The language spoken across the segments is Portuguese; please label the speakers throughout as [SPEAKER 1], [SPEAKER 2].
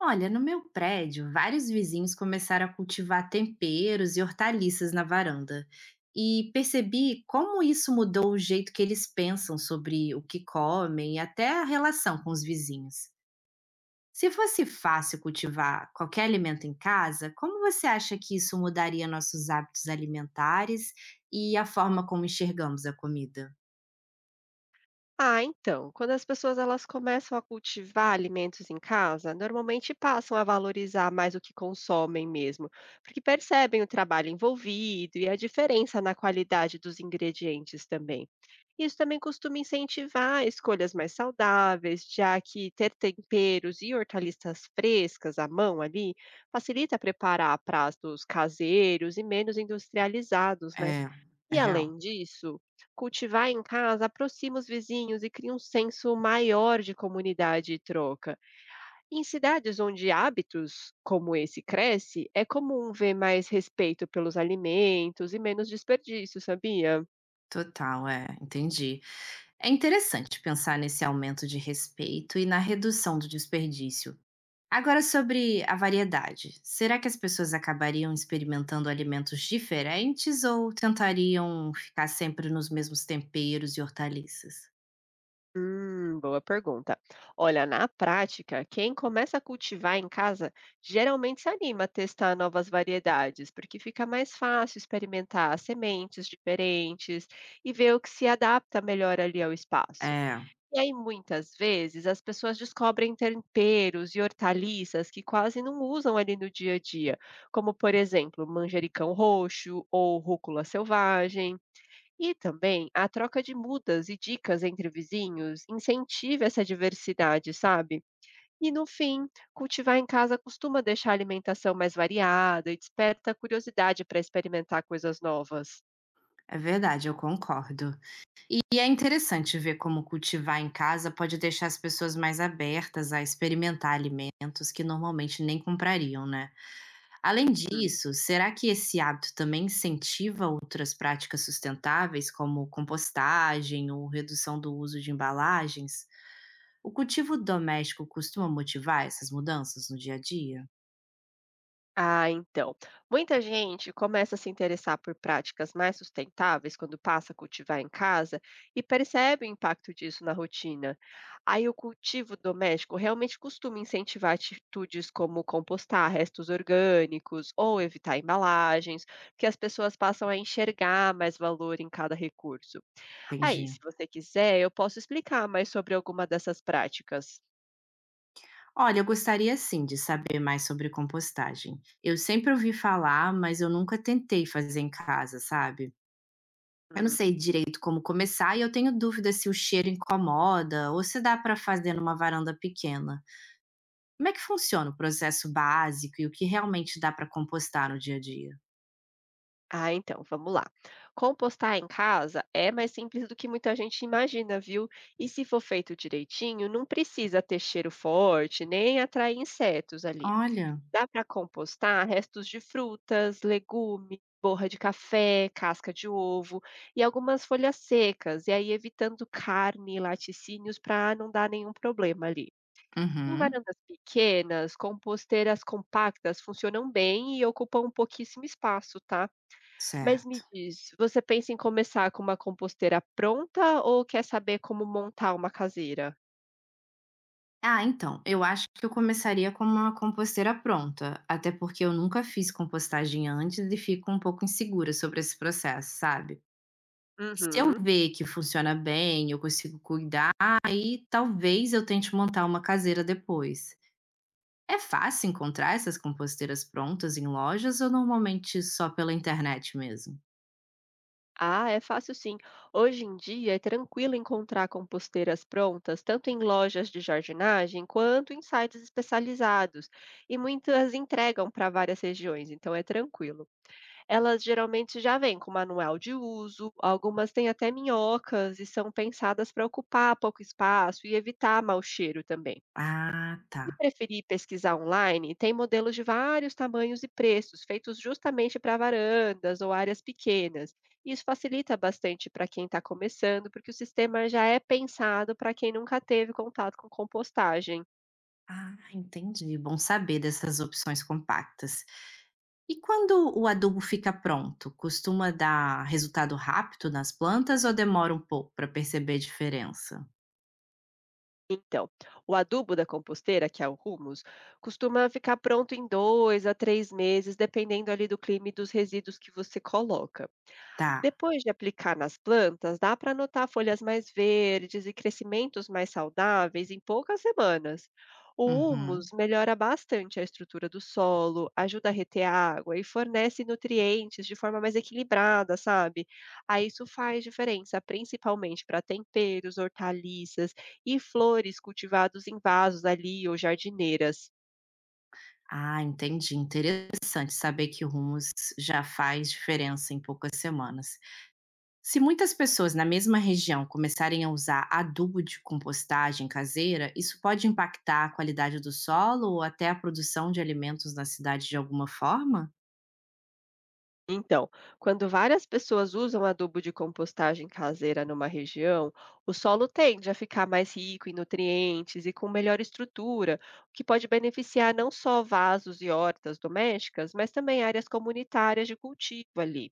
[SPEAKER 1] Olha, no meu prédio, vários vizinhos começaram a cultivar temperos e hortaliças na varanda. E percebi como isso mudou o jeito que eles pensam sobre o que comem e até a relação com os vizinhos. Se fosse fácil cultivar qualquer alimento em casa, como você acha que isso mudaria nossos hábitos alimentares e a forma como enxergamos a comida?
[SPEAKER 2] Ah, então, quando as pessoas elas começam a cultivar alimentos em casa, normalmente passam a valorizar mais o que consomem mesmo, porque percebem o trabalho envolvido e a diferença na qualidade dos ingredientes também. Isso também costuma incentivar escolhas mais saudáveis, já que ter temperos e hortaliças frescas à mão ali facilita preparar pratos caseiros e menos industrializados, né?
[SPEAKER 1] É,
[SPEAKER 2] E
[SPEAKER 1] é real.
[SPEAKER 2] além disso, cultivar em casa aproxima os vizinhos e cria um senso maior de comunidade e troca. Em cidades onde hábitos como esse cresce, é comum ver mais respeito pelos alimentos e menos desperdício, sabia?
[SPEAKER 1] Total, é, entendi. É interessante pensar nesse aumento de respeito e na redução do desperdício. Agora, sobre a variedade, será que as pessoas acabariam experimentando alimentos diferentes ou tentariam ficar sempre nos mesmos temperos e hortaliças?
[SPEAKER 2] Boa pergunta. Olha, na prática, quem começa a cultivar em casa geralmente se anima a testar novas variedades, porque fica mais fácil experimentar sementes diferentes e ver o que se adapta melhor ali ao espaço.
[SPEAKER 1] É,
[SPEAKER 2] E aí, muitas vezes, as pessoas descobrem temperos e hortaliças que quase não usam ali no dia a dia, como, por exemplo, manjericão roxo ou rúcula selvagem. E também a troca de mudas e dicas entre vizinhos incentiva essa diversidade, sabe? E no fim, cultivar em casa costuma deixar a alimentação mais variada e desperta curiosidade para experimentar coisas novas.
[SPEAKER 1] é verdade, eu concordo. E é interessante ver como cultivar em casa pode deixar as pessoas mais abertas a experimentar alimentos que normalmente nem comprariam, né? Além disso, será que esse hábito também incentiva outras práticas sustentáveis, como compostagem ou redução do uso de embalagens? O cultivo doméstico costuma motivar essas mudanças no dia a dia?
[SPEAKER 2] Ah, então. Muita gente começa a se interessar por práticas mais sustentáveis quando passa a cultivar em casa e percebe o impacto disso na rotina. Aí o cultivo doméstico realmente costuma incentivar atitudes como compostar restos orgânicos ou evitar embalagens, que as pessoas passam a enxergar mais valor em cada recurso. Aí,
[SPEAKER 1] Entendi.
[SPEAKER 2] se você quiser, eu posso explicar mais sobre alguma dessas práticas.
[SPEAKER 1] Olha, eu gostaria sim de saber mais sobre compostagem. Eu sempre ouvi falar, mas eu nunca tentei fazer em casa, sabe? Eu não
[SPEAKER 2] Hum.
[SPEAKER 1] sei direito como começar e eu tenho dúvida se o cheiro incomoda ou se dá para fazer numa varanda pequena. Como é que funciona o processo básico e o que realmente dá para compostar no dia a dia?
[SPEAKER 2] Ah, então, vamos lá. Compostar em casa é mais simples do que muita gente imagina, viu? E se for feito direitinho, não precisa ter cheiro forte, nem atrair insetos ali.
[SPEAKER 1] Olha.
[SPEAKER 2] Dá para compostar restos de frutas, legumes, borra de café, casca de ovo e algumas folhas secas, e aí evitando carne e laticínios para não dar nenhum problema ali. Em
[SPEAKER 1] Uhum.
[SPEAKER 2] varandas pequenas, composteiras compactas funcionam bem e ocupam pouquíssimo espaço, tá? Mas me
[SPEAKER 1] Certo.
[SPEAKER 2] diz, você pensa em começar com uma composteira pronta ou quer saber como montar uma caseira?
[SPEAKER 1] Ah, então, eu acho que eu começaria com uma composteira pronta, até porque eu nunca fiz compostagem antes e fico um pouco insegura sobre esse processo, sabe? Se eu
[SPEAKER 2] Uhum.
[SPEAKER 1] ver que funciona bem, eu consigo cuidar, aí talvez eu tente montar uma caseira depois. É fácil encontrar essas composteiras prontas em lojas ou normalmente só pela internet mesmo?
[SPEAKER 2] Ah, é fácil sim. Hoje em dia é tranquilo encontrar composteiras prontas, tanto em lojas de jardinagem quanto em sites especializados. E muitas entregam para várias regiões, então é tranquilo. Elas geralmente já vêm com manual de uso, algumas têm até minhocas e são pensadas para ocupar pouco espaço e evitar mau cheiro também.
[SPEAKER 1] Ah, tá.
[SPEAKER 2] Se preferir pesquisar online, tem modelos de vários tamanhos e preços, feitos justamente para varandas ou áreas pequenas. Isso facilita bastante para quem está começando, porque o sistema já é pensado para quem nunca teve contato com compostagem.
[SPEAKER 1] Ah, entendi. Bom saber dessas opções compactas. E quando o adubo fica pronto, costuma dar resultado rápido nas plantas ou demora um pouco para perceber a diferença?
[SPEAKER 2] Então, o adubo da composteira, que é o humus, costuma ficar pronto em dois a três meses, dependendo ali do clima e dos resíduos que você coloca.
[SPEAKER 1] Tá.
[SPEAKER 2] Depois de aplicar nas plantas, dá para notar folhas mais verdes e crescimentos mais saudáveis em poucas semanas. O humus
[SPEAKER 1] Uhum.
[SPEAKER 2] melhora bastante a estrutura do solo, ajuda a reter água e fornece nutrientes de forma mais equilibrada, sabe? Aí isso faz diferença, principalmente para temperos, hortaliças e flores cultivados em vasos ali ou jardineiras.
[SPEAKER 1] Ah, entendi. Interessante saber que o humus já faz diferença em poucas semanas. Se muitas pessoas na mesma região começarem a usar adubo de compostagem caseira, isso pode impactar a qualidade do solo ou até a produção de alimentos na cidade de alguma forma?
[SPEAKER 2] Então, quando várias pessoas usam adubo de compostagem caseira numa região, o solo tende a ficar mais rico em nutrientes e com melhor estrutura, o que pode beneficiar não só vasos e hortas domésticas, mas também áreas comunitárias de cultivo ali.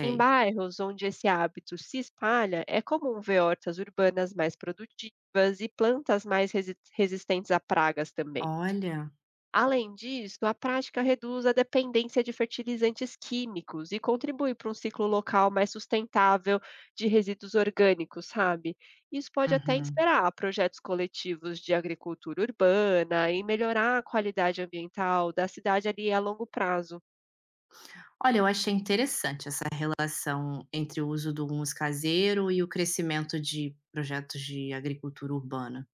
[SPEAKER 2] Em bairros onde esse hábito se espalha, é comum ver hortas urbanas mais produtivas e plantas mais resistentes a pragas também.
[SPEAKER 1] Olha,
[SPEAKER 2] Além disso, a prática reduz a dependência de fertilizantes químicos e contribui para um ciclo local mais sustentável de resíduos orgânicos, sabe? Isso pode até
[SPEAKER 1] uhum.
[SPEAKER 2] inspirar projetos coletivos de agricultura urbana e melhorar a qualidade ambiental da cidade ali a longo prazo.
[SPEAKER 1] Olha, eu achei interessante essa relação entre o uso do humus caseiro e o crescimento de projetos de agricultura urbana.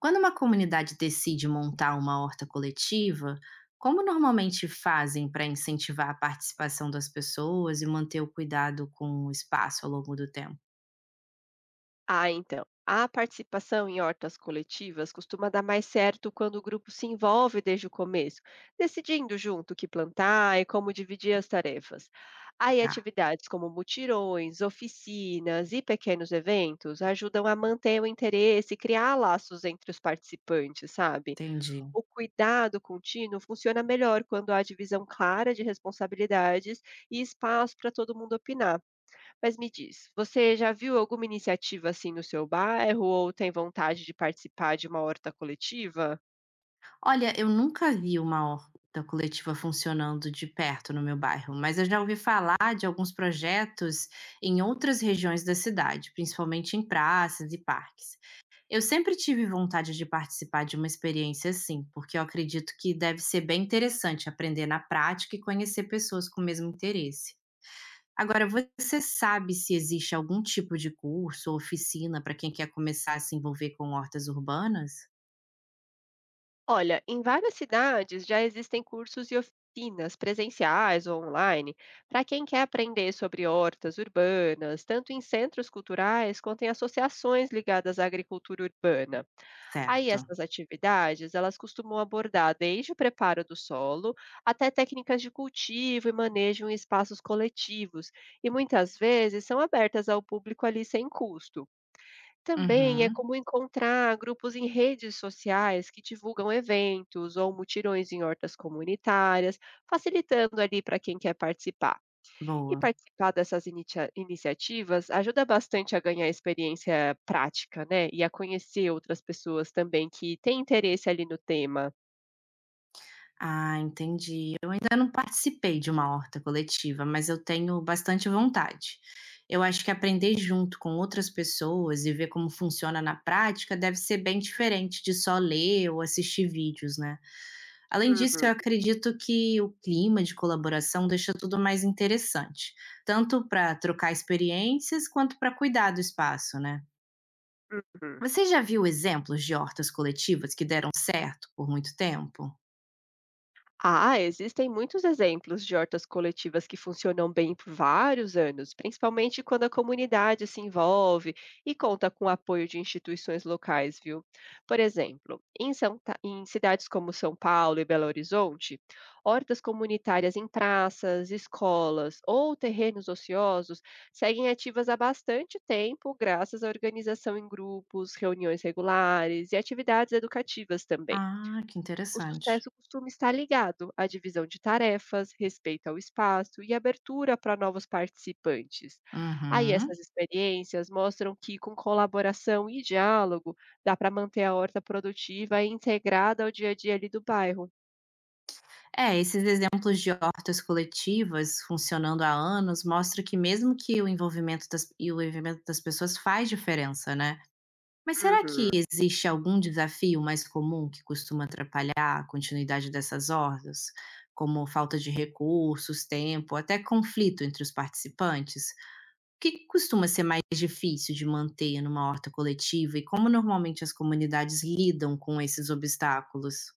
[SPEAKER 1] Quando uma comunidade decide montar uma horta coletiva, como normalmente fazem para incentivar a participação das pessoas e manter o cuidado com o espaço ao longo do tempo?
[SPEAKER 2] Ah, então. A participação em hortas coletivas costuma dar mais certo quando o grupo se envolve desde o começo, decidindo junto o que plantar e como dividir as tarefas. Aí,
[SPEAKER 1] Tá,
[SPEAKER 2] atividades como mutirões, oficinas e pequenos eventos ajudam a manter o interesse e criar laços entre os participantes, sabe?
[SPEAKER 1] entendi.
[SPEAKER 2] O cuidado contínuo funciona melhor quando há divisão clara de responsabilidades e espaço para todo mundo opinar. Mas me diz, você já viu alguma iniciativa assim no seu bairro ou tem vontade de participar de uma horta coletiva?
[SPEAKER 1] Olha, eu nunca vi uma horta coletiva funcionando de perto no meu bairro, mas eu já ouvi falar de alguns projetos em outras regiões da cidade, principalmente em praças e parques. Eu sempre tive vontade de participar de uma experiência assim, porque eu acredito que deve ser bem interessante aprender na prática e conhecer pessoas com o mesmo interesse. Agora, você sabe se existe algum tipo de curso ou oficina para quem quer começar a se envolver com hortas urbanas?
[SPEAKER 2] Olha, em várias cidades já existem cursos e oficinas presenciais ou online para quem quer aprender sobre hortas urbanas, tanto em centros culturais quanto em associações ligadas à agricultura urbana. Aí
[SPEAKER 1] Certo.
[SPEAKER 2] essas atividades, elas costumam abordar desde o preparo do solo até técnicas de cultivo e manejo em espaços coletivos, e muitas vezes são abertas ao público ali sem custo. Também é
[SPEAKER 1] Uhum.
[SPEAKER 2] comum encontrar grupos em redes sociais que divulgam eventos ou mutirões em hortas comunitárias, facilitando ali para quem quer participar. E
[SPEAKER 1] Boa.
[SPEAKER 2] participar dessas initia iniciativas ajuda bastante a ganhar experiência prática, né, e a conhecer outras pessoas também que têm interesse ali no tema.
[SPEAKER 1] Ah, entendi. Eu ainda não participei de uma horta coletiva, mas eu tenho bastante vontade. Eu acho que aprender junto com outras pessoas e ver como funciona na prática deve ser bem diferente de só ler ou assistir vídeos, né? Além disso,
[SPEAKER 2] Uhum,
[SPEAKER 1] eu acredito que o clima de colaboração deixa tudo mais interessante, tanto para trocar experiências quanto para cuidar do espaço, né?
[SPEAKER 2] uhum.
[SPEAKER 1] Você já viu exemplos de hortas coletivas que deram certo por muito tempo?
[SPEAKER 2] Ah, existem muitos exemplos de hortas coletivas que funcionam bem por vários anos, principalmente quando a comunidade se envolve e conta com o apoio de instituições locais, viu? Por exemplo, em, em cidades como São Paulo e Belo Horizonte, hortas comunitárias em praças, escolas ou terrenos ociosos seguem ativas há bastante tempo, graças à organização em grupos, reuniões regulares e atividades educativas também.
[SPEAKER 1] Ah, que
[SPEAKER 2] O
[SPEAKER 1] interessante.
[SPEAKER 2] sucesso costuma estar ligado à divisão de tarefas, respeito ao espaço e abertura para novos participantes. Aí
[SPEAKER 1] Uhum.
[SPEAKER 2] essas experiências mostram que, com colaboração e diálogo, dá para manter a horta produtiva e integrada ao dia a dia ali do bairro.
[SPEAKER 1] É, esses exemplos de hortas coletivas funcionando há anos mostram que mesmo que e o envolvimento das pessoas faz diferença, né? Mas será que
[SPEAKER 2] Uhum.
[SPEAKER 1] existe algum desafio mais comum que costuma atrapalhar a continuidade dessas hortas, como falta de recursos, tempo, até conflito entre os participantes? O que costuma ser mais difícil de manter numa horta coletiva e como normalmente as comunidades lidam com esses obstáculos?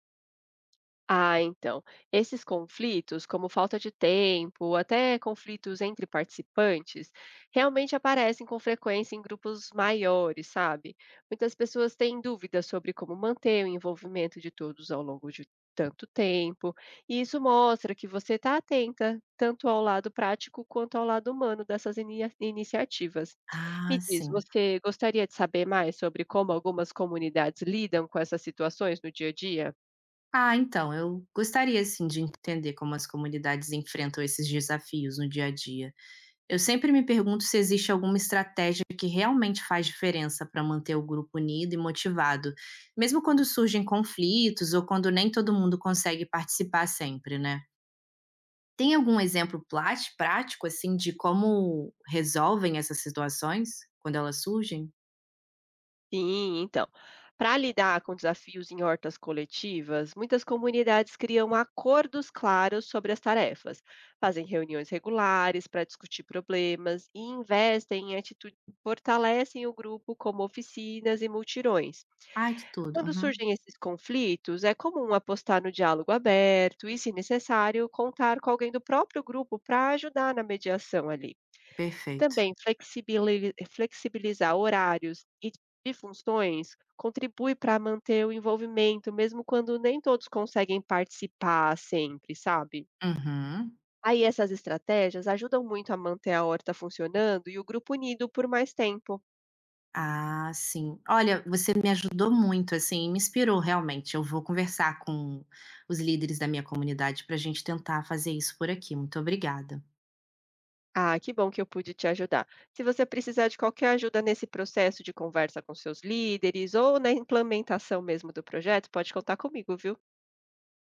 [SPEAKER 2] Ah, então. Esses conflitos, como falta de tempo, até conflitos entre participantes, realmente aparecem com frequência em grupos maiores, sabe? Muitas pessoas têm dúvidas sobre como manter o envolvimento de todos ao longo de tanto tempo, e isso mostra que você está atenta tanto ao lado prático quanto ao lado humano dessas iniciativas.
[SPEAKER 1] Ah,
[SPEAKER 2] Me diz,
[SPEAKER 1] sim.
[SPEAKER 2] você gostaria de saber mais sobre como algumas comunidades lidam com essas situações no dia a dia?
[SPEAKER 1] Ah, então, eu gostaria assim de entender como as comunidades enfrentam esses desafios no dia a dia. Eu sempre me pergunto se existe alguma estratégia que realmente faz diferença para manter o grupo unido e motivado, mesmo quando surgem conflitos ou quando nem todo mundo consegue participar sempre, né? Tem algum exemplo prático assim de como resolvem essas situações quando elas surgem?
[SPEAKER 2] Sim, então, para lidar com desafios em hortas coletivas, muitas comunidades criam acordos claros sobre as tarefas, fazem reuniões regulares para discutir problemas e investem em atitudes que fortalecem o grupo, como oficinas e multirões.
[SPEAKER 1] Ai, que tudo.
[SPEAKER 2] Quando
[SPEAKER 1] Uhum.
[SPEAKER 2] surgem esses conflitos, é comum apostar no diálogo aberto e, se necessário, contar com alguém do próprio grupo para ajudar na mediação ali.
[SPEAKER 1] Perfeito.
[SPEAKER 2] Também flexibilizar horários e funções contribui para manter o envolvimento, mesmo quando nem todos conseguem participar sempre, sabe.
[SPEAKER 1] Uhum.
[SPEAKER 2] Aí essas estratégias ajudam muito a manter a horta funcionando e o grupo unido por mais tempo.
[SPEAKER 1] Ah, sim. Olha, você me ajudou muito, assim, me inspirou realmente. Eu vou conversar com os líderes da minha comunidade para a gente tentar fazer isso por aqui. Muito obrigada.
[SPEAKER 2] Ah, que bom que eu pude te ajudar. Se você precisar de qualquer ajuda nesse processo de conversa com seus líderes ou na implementação mesmo do projeto, pode contar comigo, viu.